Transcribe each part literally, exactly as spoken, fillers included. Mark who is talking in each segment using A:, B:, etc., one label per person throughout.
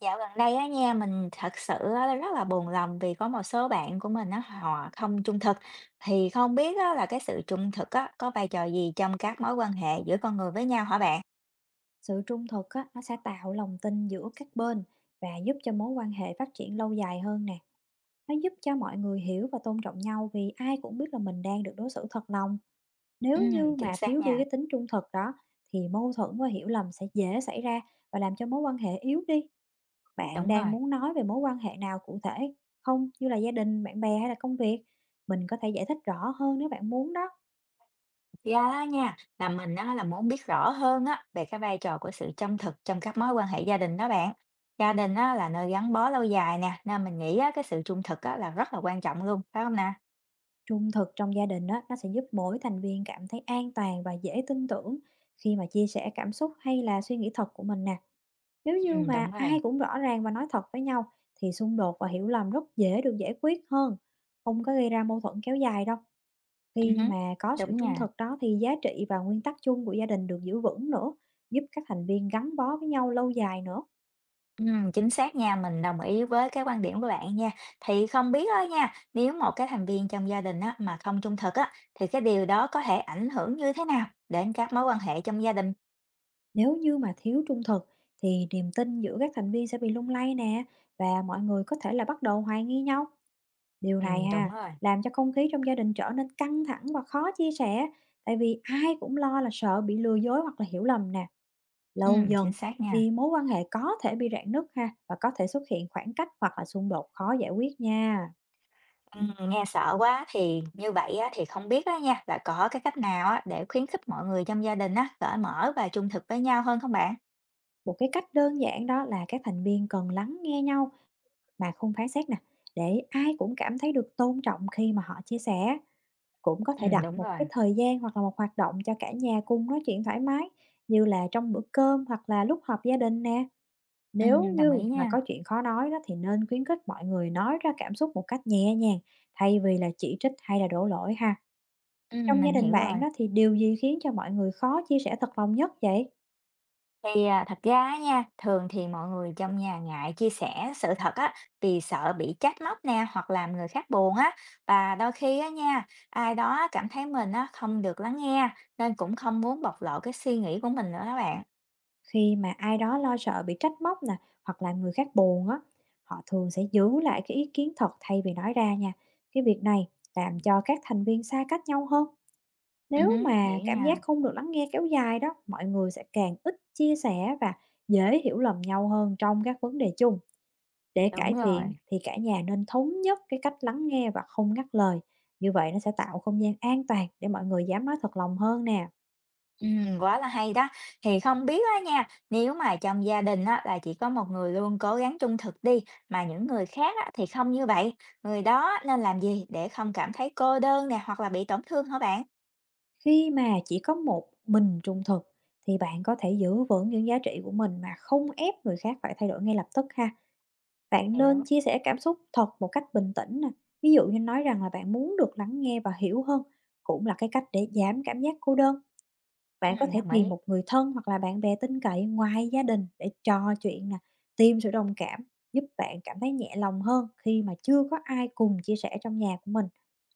A: Dạo gần đây á nha, mình thật sự á rất là buồn lòng vì có một số bạn của mình á, họ không trung thực. Thì không biết á là cái sự trung thực á có vai trò gì trong các mối quan hệ giữa con người với nhau hả bạn?
B: Sự trung thực á, nó sẽ tạo lòng tin giữa các bên và giúp cho mối quan hệ phát triển lâu dài hơn nè. Nó giúp cho mọi người hiểu và tôn trọng nhau vì ai cũng biết là mình đang được đối xử thật lòng.
A: Ừ,
B: Nếu như
A: chính
B: mà
A: xác
B: thiếu đi
A: nha.
B: cái tính trung thực đó thì mâu thuẫn và hiểu lầm sẽ dễ xảy ra và làm cho mối quan hệ yếu đi. Bạn
A: Đúng
B: đang
A: rồi.
B: muốn nói về mối quan hệ nào cụ thể? Không, như là gia đình, bạn bè hay là công việc? Mình có thể giải thích rõ hơn nếu bạn muốn đó.
A: Ra á nha, là mình á là muốn biết rõ hơn á về cái vai trò của sự trung thực trong các mối quan hệ gia đình đó bạn. Gia đình á là nơi gắn bó lâu dài nè, nên mình nghĩ á cái sự trung thực á là rất là quan trọng luôn, phải không nè?
B: Trung thực trong gia đình á, nó sẽ giúp mỗi thành viên cảm thấy an toàn và dễ tin tưởng khi mà chia sẻ cảm xúc hay là suy nghĩ thật của mình nè. Nếu
A: Ừ,
B: như
A: đúng
B: mà
A: rồi.
B: ai cũng rõ ràng và nói thật với nhau thì xung đột và hiểu lầm rất dễ được giải quyết hơn, không có gây ra mâu thuẫn kéo dài đâu.
A: Ừ hứ,
B: Khi mà có sự
A: đúng
B: trung
A: nha.
B: thực đó thì giá trị và nguyên tắc chung của gia đình được giữ vững nữa, giúp các thành viên gắn bó với nhau lâu dài nữa.
A: Ừm, chính xác nha, mình đồng ý với cái quan điểm của bạn nha. Thì không biết á nha, nếu một cái thành viên trong gia đình á mà không trung thực á, thì cái điều đó có thể ảnh hưởng như thế nào đến các mối quan hệ trong gia đình?
B: Nếu như mà thiếu trung thực thì niềm tin giữa các thành viên sẽ bị lung lay nè và mọi người có thể là bắt đầu hoài nghi nhau. Điều
A: Ừ,
B: này
A: đúng
B: ha,
A: rồi.
B: làm cho không khí trong gia đình trở nên căng thẳng và khó chia sẻ, tại vì ai cũng lo là sợ bị lừa dối hoặc là hiểu lầm nè. Lâu
A: Ừm, chính
B: dần
A: xác nha.
B: thì mối quan hệ có thể bị rạn nứt ha, và có thể xuất hiện khoảng cách hoặc là xung đột khó giải quyết nha.
A: Ừm, nghe sợ quá thì như vậy á, thì không biết đó nha, là có cái cách nào á để khuyến khích mọi người trong gia đình á cởi mở và trung thực với nhau hơn không bạn?
B: Một cái cách đơn giản đó là các thành viên cần lắng nghe nhau mà không phán xét nè, để ai cũng cảm thấy được tôn trọng khi mà họ chia sẻ. Cũng có
A: Ừ,
B: thể đặt
A: đúng
B: một
A: rồi.
B: cái thời gian hoặc là một hoạt động cho cả nhà cùng nói chuyện thoải mái, như là trong bữa cơm hoặc là lúc họp gia đình nè. Nếu
A: Ừm, đồng
B: như
A: ý
B: mà
A: nha.
B: có chuyện khó nói đó thì nên khuyến khích mọi người nói ra cảm xúc một cách nhẹ nhàng, thay vì là chỉ trích hay là đổ lỗi ha.
A: Ừm,
B: Trong gia
A: mình
B: đình
A: hiểu rồi.
B: bạn đó thì điều gì khiến cho mọi người khó chia sẻ thật lòng nhất vậy?
A: Thì, à, thật ra á nha, thường thì mọi người trong nhà ngại chia sẻ sự thật á, vì sợ bị trách móc nè, hoặc làm người khác buồn á. Và đôi khi á nha, ai đó cảm thấy mình á không được lắng nghe, nên cũng không muốn bộc lộ cái suy nghĩ của mình nữa đó bạn.
B: Khi mà ai đó lo sợ bị trách móc nè, hoặc là người khác buồn á, họ thường sẽ giữ lại cái ý kiến thật thay vì nói ra nha. Cái việc này làm cho các thành viên xa cách nhau hơn.
A: Ừm
B: Nếu
A: hứm,
B: mà
A: hiểu
B: cảm giác
A: nha,
B: không được lắng nghe kéo dài đó, mọi người sẽ càng ít chia sẻ và dễ hiểu lầm nhau hơn trong các vấn đề chung. Để
A: đúng
B: cải thiện
A: rồi.
B: thì cả nhà nên thống nhất cái cách lắng nghe và không ngắt lời. Như vậy nó sẽ tạo không gian an toàn để mọi người dám nói thật lòng hơn nè.
A: Ừm, quá là hay đó. Thì không biết á nha, nếu mà trong gia đình á là chỉ có một người luôn cố gắng trung thực đi, mà những người khác á thì không như vậy, người đó nên làm gì để không cảm thấy cô đơn nè, hoặc là bị tổn thương hả bạn?
B: Khi mà chỉ có một mình trung thực thì bạn có thể giữ vững những giá trị của mình mà không ép người khác phải thay đổi ngay lập tức ha. Bạn nên
A: Hiểu,
B: chia sẻ cảm xúc thật một cách bình tĩnh nè. Ví dụ như nói rằng là bạn muốn được lắng nghe và hiểu hơn cũng là cái cách để giảm cảm giác cô đơn. Bạn có
A: ừm,
B: thể
A: đồng
B: tìm
A: ý,
B: một người thân hoặc là bạn bè tin cậy ngoài gia đình để trò chuyện nè, tìm sự đồng cảm, giúp bạn cảm thấy nhẹ lòng hơn khi mà chưa có ai cùng chia sẻ trong nhà của mình.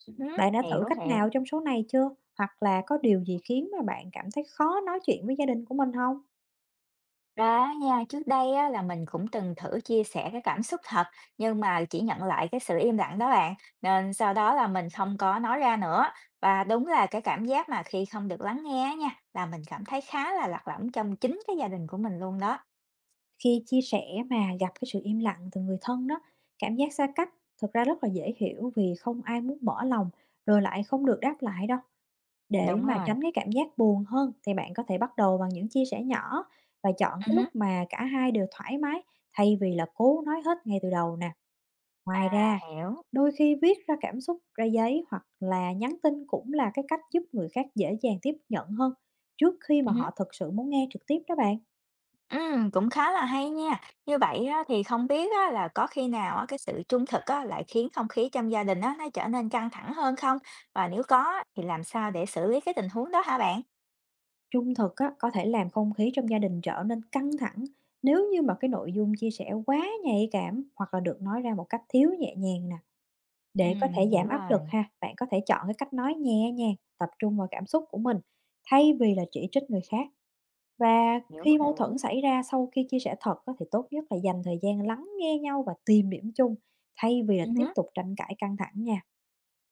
A: ừm hứm,
B: Bạn đã thử
A: hiểu,
B: cách
A: hiểu.
B: nào trong số này chưa? Hoặc là có điều gì khiến mà bạn cảm thấy khó nói chuyện với gia đình của mình không?
A: Ra á nha, trước đây á là mình cũng từng thử chia sẻ cái cảm xúc thật, nhưng mà chỉ nhận lại cái sự im lặng đó bạn, nên sau đó là mình không có nói ra nữa. Và đúng là cái cảm giác mà khi không được lắng nghe á nha, là mình cảm thấy khá là lạc lõng trong chính cái gia đình của mình luôn đó.
B: Khi chia sẻ mà gặp cái sự im lặng từ người thân đó, cảm giác xa cách thực ra rất là dễ hiểu, vì không ai muốn mở lòng rồi lại không được đáp lại đâu. Để
A: Đúng
B: mà
A: rồi,
B: tránh cái cảm giác buồn hơn thì bạn có thể bắt đầu bằng những chia sẻ nhỏ và chọn
A: ừm
B: cái lúc
A: hứm,
B: mà cả hai đều thoải mái, thay vì là cố nói hết ngay từ đầu nè. Ngoài
A: à,
B: ra,
A: hiểu,
B: đôi khi viết ra cảm xúc ra giấy hoặc là nhắn tin cũng là cái cách giúp người khác dễ dàng tiếp nhận hơn trước khi mà
A: ừm.
B: họ thực sự muốn nghe trực tiếp đó bạn.
A: Ừm, cũng khá là hay nha. Như vậy á, thì không biết á, là có khi nào á, cái sự trung thực á, lại khiến không khí trong gia đình á, nó trở nên căng thẳng hơn không? Và nếu có á, thì làm sao để xử lý cái tình huống đó hả bạn?
B: Trung thực á, có thể làm không khí trong gia đình trở nên căng thẳng nếu như mà cái nội dung chia sẻ quá nhạy cảm hoặc là được nói ra một cách thiếu nhẹ nhàng nè. Để có
A: Ừm,
B: thể
A: hiểu
B: giảm áp lực
A: rồi,
B: ha, bạn có thể chọn cái cách nói nhẹ nhàng, tập trung vào cảm xúc của mình thay vì là chỉ trích người khác. Và
A: hiểu,
B: khi mâu
A: hiểu.
B: thuẫn xảy ra sau khi chia sẻ thật á, thì tốt nhất là dành thời gian lắng nghe nhau và tìm điểm chung, thay vì là
A: Ừ
B: tiếp
A: hứ,
B: tục tranh cãi căng thẳng nha.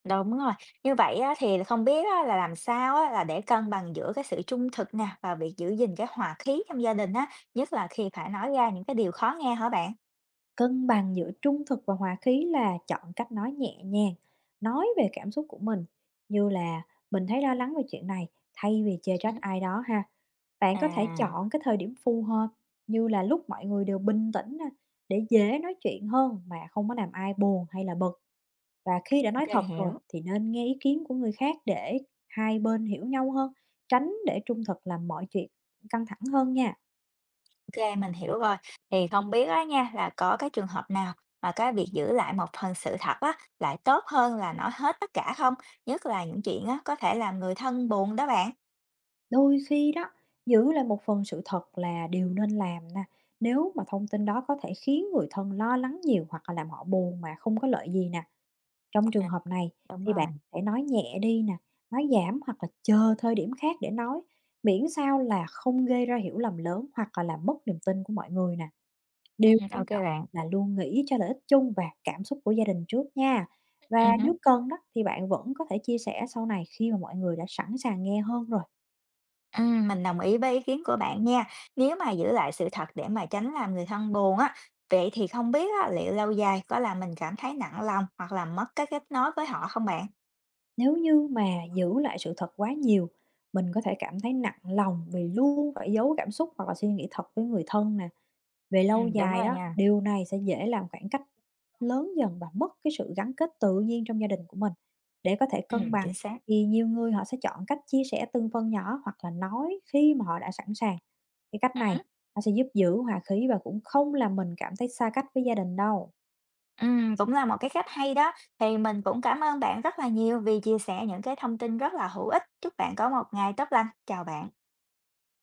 A: đúng rồi. Như vậy á, thì không biết á, là làm sao á, là để cân bằng giữa cái sự trung thực nè và việc giữ gìn cái hòa khí trong gia đình á, nhất là khi phải nói ra những cái điều khó nghe hả bạn?
B: Cân bằng giữa trung thực và hòa khí là chọn cách nói nhẹ nhàng, nói về cảm xúc của mình, như là mình thấy lo lắng về chuyện này, thay vì chê
A: Ừ.
B: trách ai đó ha. Bạn có thể
A: À,
B: chọn cái thời điểm phù hợp, như là lúc mọi người đều bình tĩnh nè, để dễ nói chuyện hơn mà không có làm ai buồn hay là bực. Và khi đã nói
A: ok
B: thật rồi
A: hiểu.
B: thì nên nghe ý kiến của người khác để hai bên hiểu nhau hơn, tránh để trung thực làm mọi chuyện căng thẳng hơn nha.
A: OK, mình hiểu rồi. Thì không biết á nha, là có cái trường hợp nào mà cái việc giữ lại một phần sự thật á, lại tốt hơn là nói hết tất cả không? Nhất là những chuyện á, có thể làm người thân buồn đó bạn.
B: Đôi khi đó, giữ lại một phần sự thật là điều nên làm nè. Nếu mà thông tin đó có thể khiến người thân lo lắng nhiều hoặc là làm họ buồn mà không có lợi gì nè. Trong trường hợp này
A: Đúng
B: thì bạn
A: rồi.
B: hãy nói nhẹ đi nè, nói giảm hoặc là chờ thời điểm khác để nói, miễn sao là không gây ra hiểu lầm lớn hoặc là làm mất niềm tin của mọi người nè. Điều
A: Ừm,
B: quan
A: OK
B: trọng
A: bạn.
B: là luôn nghĩ cho lợi ích chung và cảm xúc của gia đình trước nha. Và
A: Ừm hứm.
B: nếu cần đó thì bạn vẫn có thể chia sẻ sau này khi mà mọi người đã sẵn sàng nghe hơn rồi.
A: Ừm, mình đồng ý với ý kiến của bạn nha. Nếu mà giữ lại sự thật để mà tránh làm người thân buồn á, vậy thì không biết á, liệu lâu dài có làm mình cảm thấy nặng lòng hoặc là mất cái kết nối với họ không bạn?
B: Nếu như mà giữ lại sự thật quá nhiều, mình có thể cảm thấy nặng lòng vì luôn phải giấu cảm xúc hoặc là suy nghĩ thật với người thân nè. Về lâu
A: Ừm, đúng
B: dài
A: rồi
B: đó,
A: nha.
B: điều này sẽ dễ làm khoảng cách lớn dần và mất cái sự gắn kết tự nhiên trong gia đình của mình. Để có thể cân
A: Ừm,
B: bằng
A: chính xác.
B: thì nhiều người họ sẽ chọn cách chia sẻ từng phần nhỏ hoặc là nói khi mà họ đã sẵn sàng. Cái cách này nó sẽ giúp giữ hòa khí và cũng không làm mình cảm thấy xa cách với gia đình đâu.
A: Ừm, cũng là một cái cách hay đó. Thì mình cũng cảm ơn bạn rất là nhiều vì chia sẻ những cái thông tin rất là hữu ích. Chúc bạn có một ngày tốt lành. Chào bạn.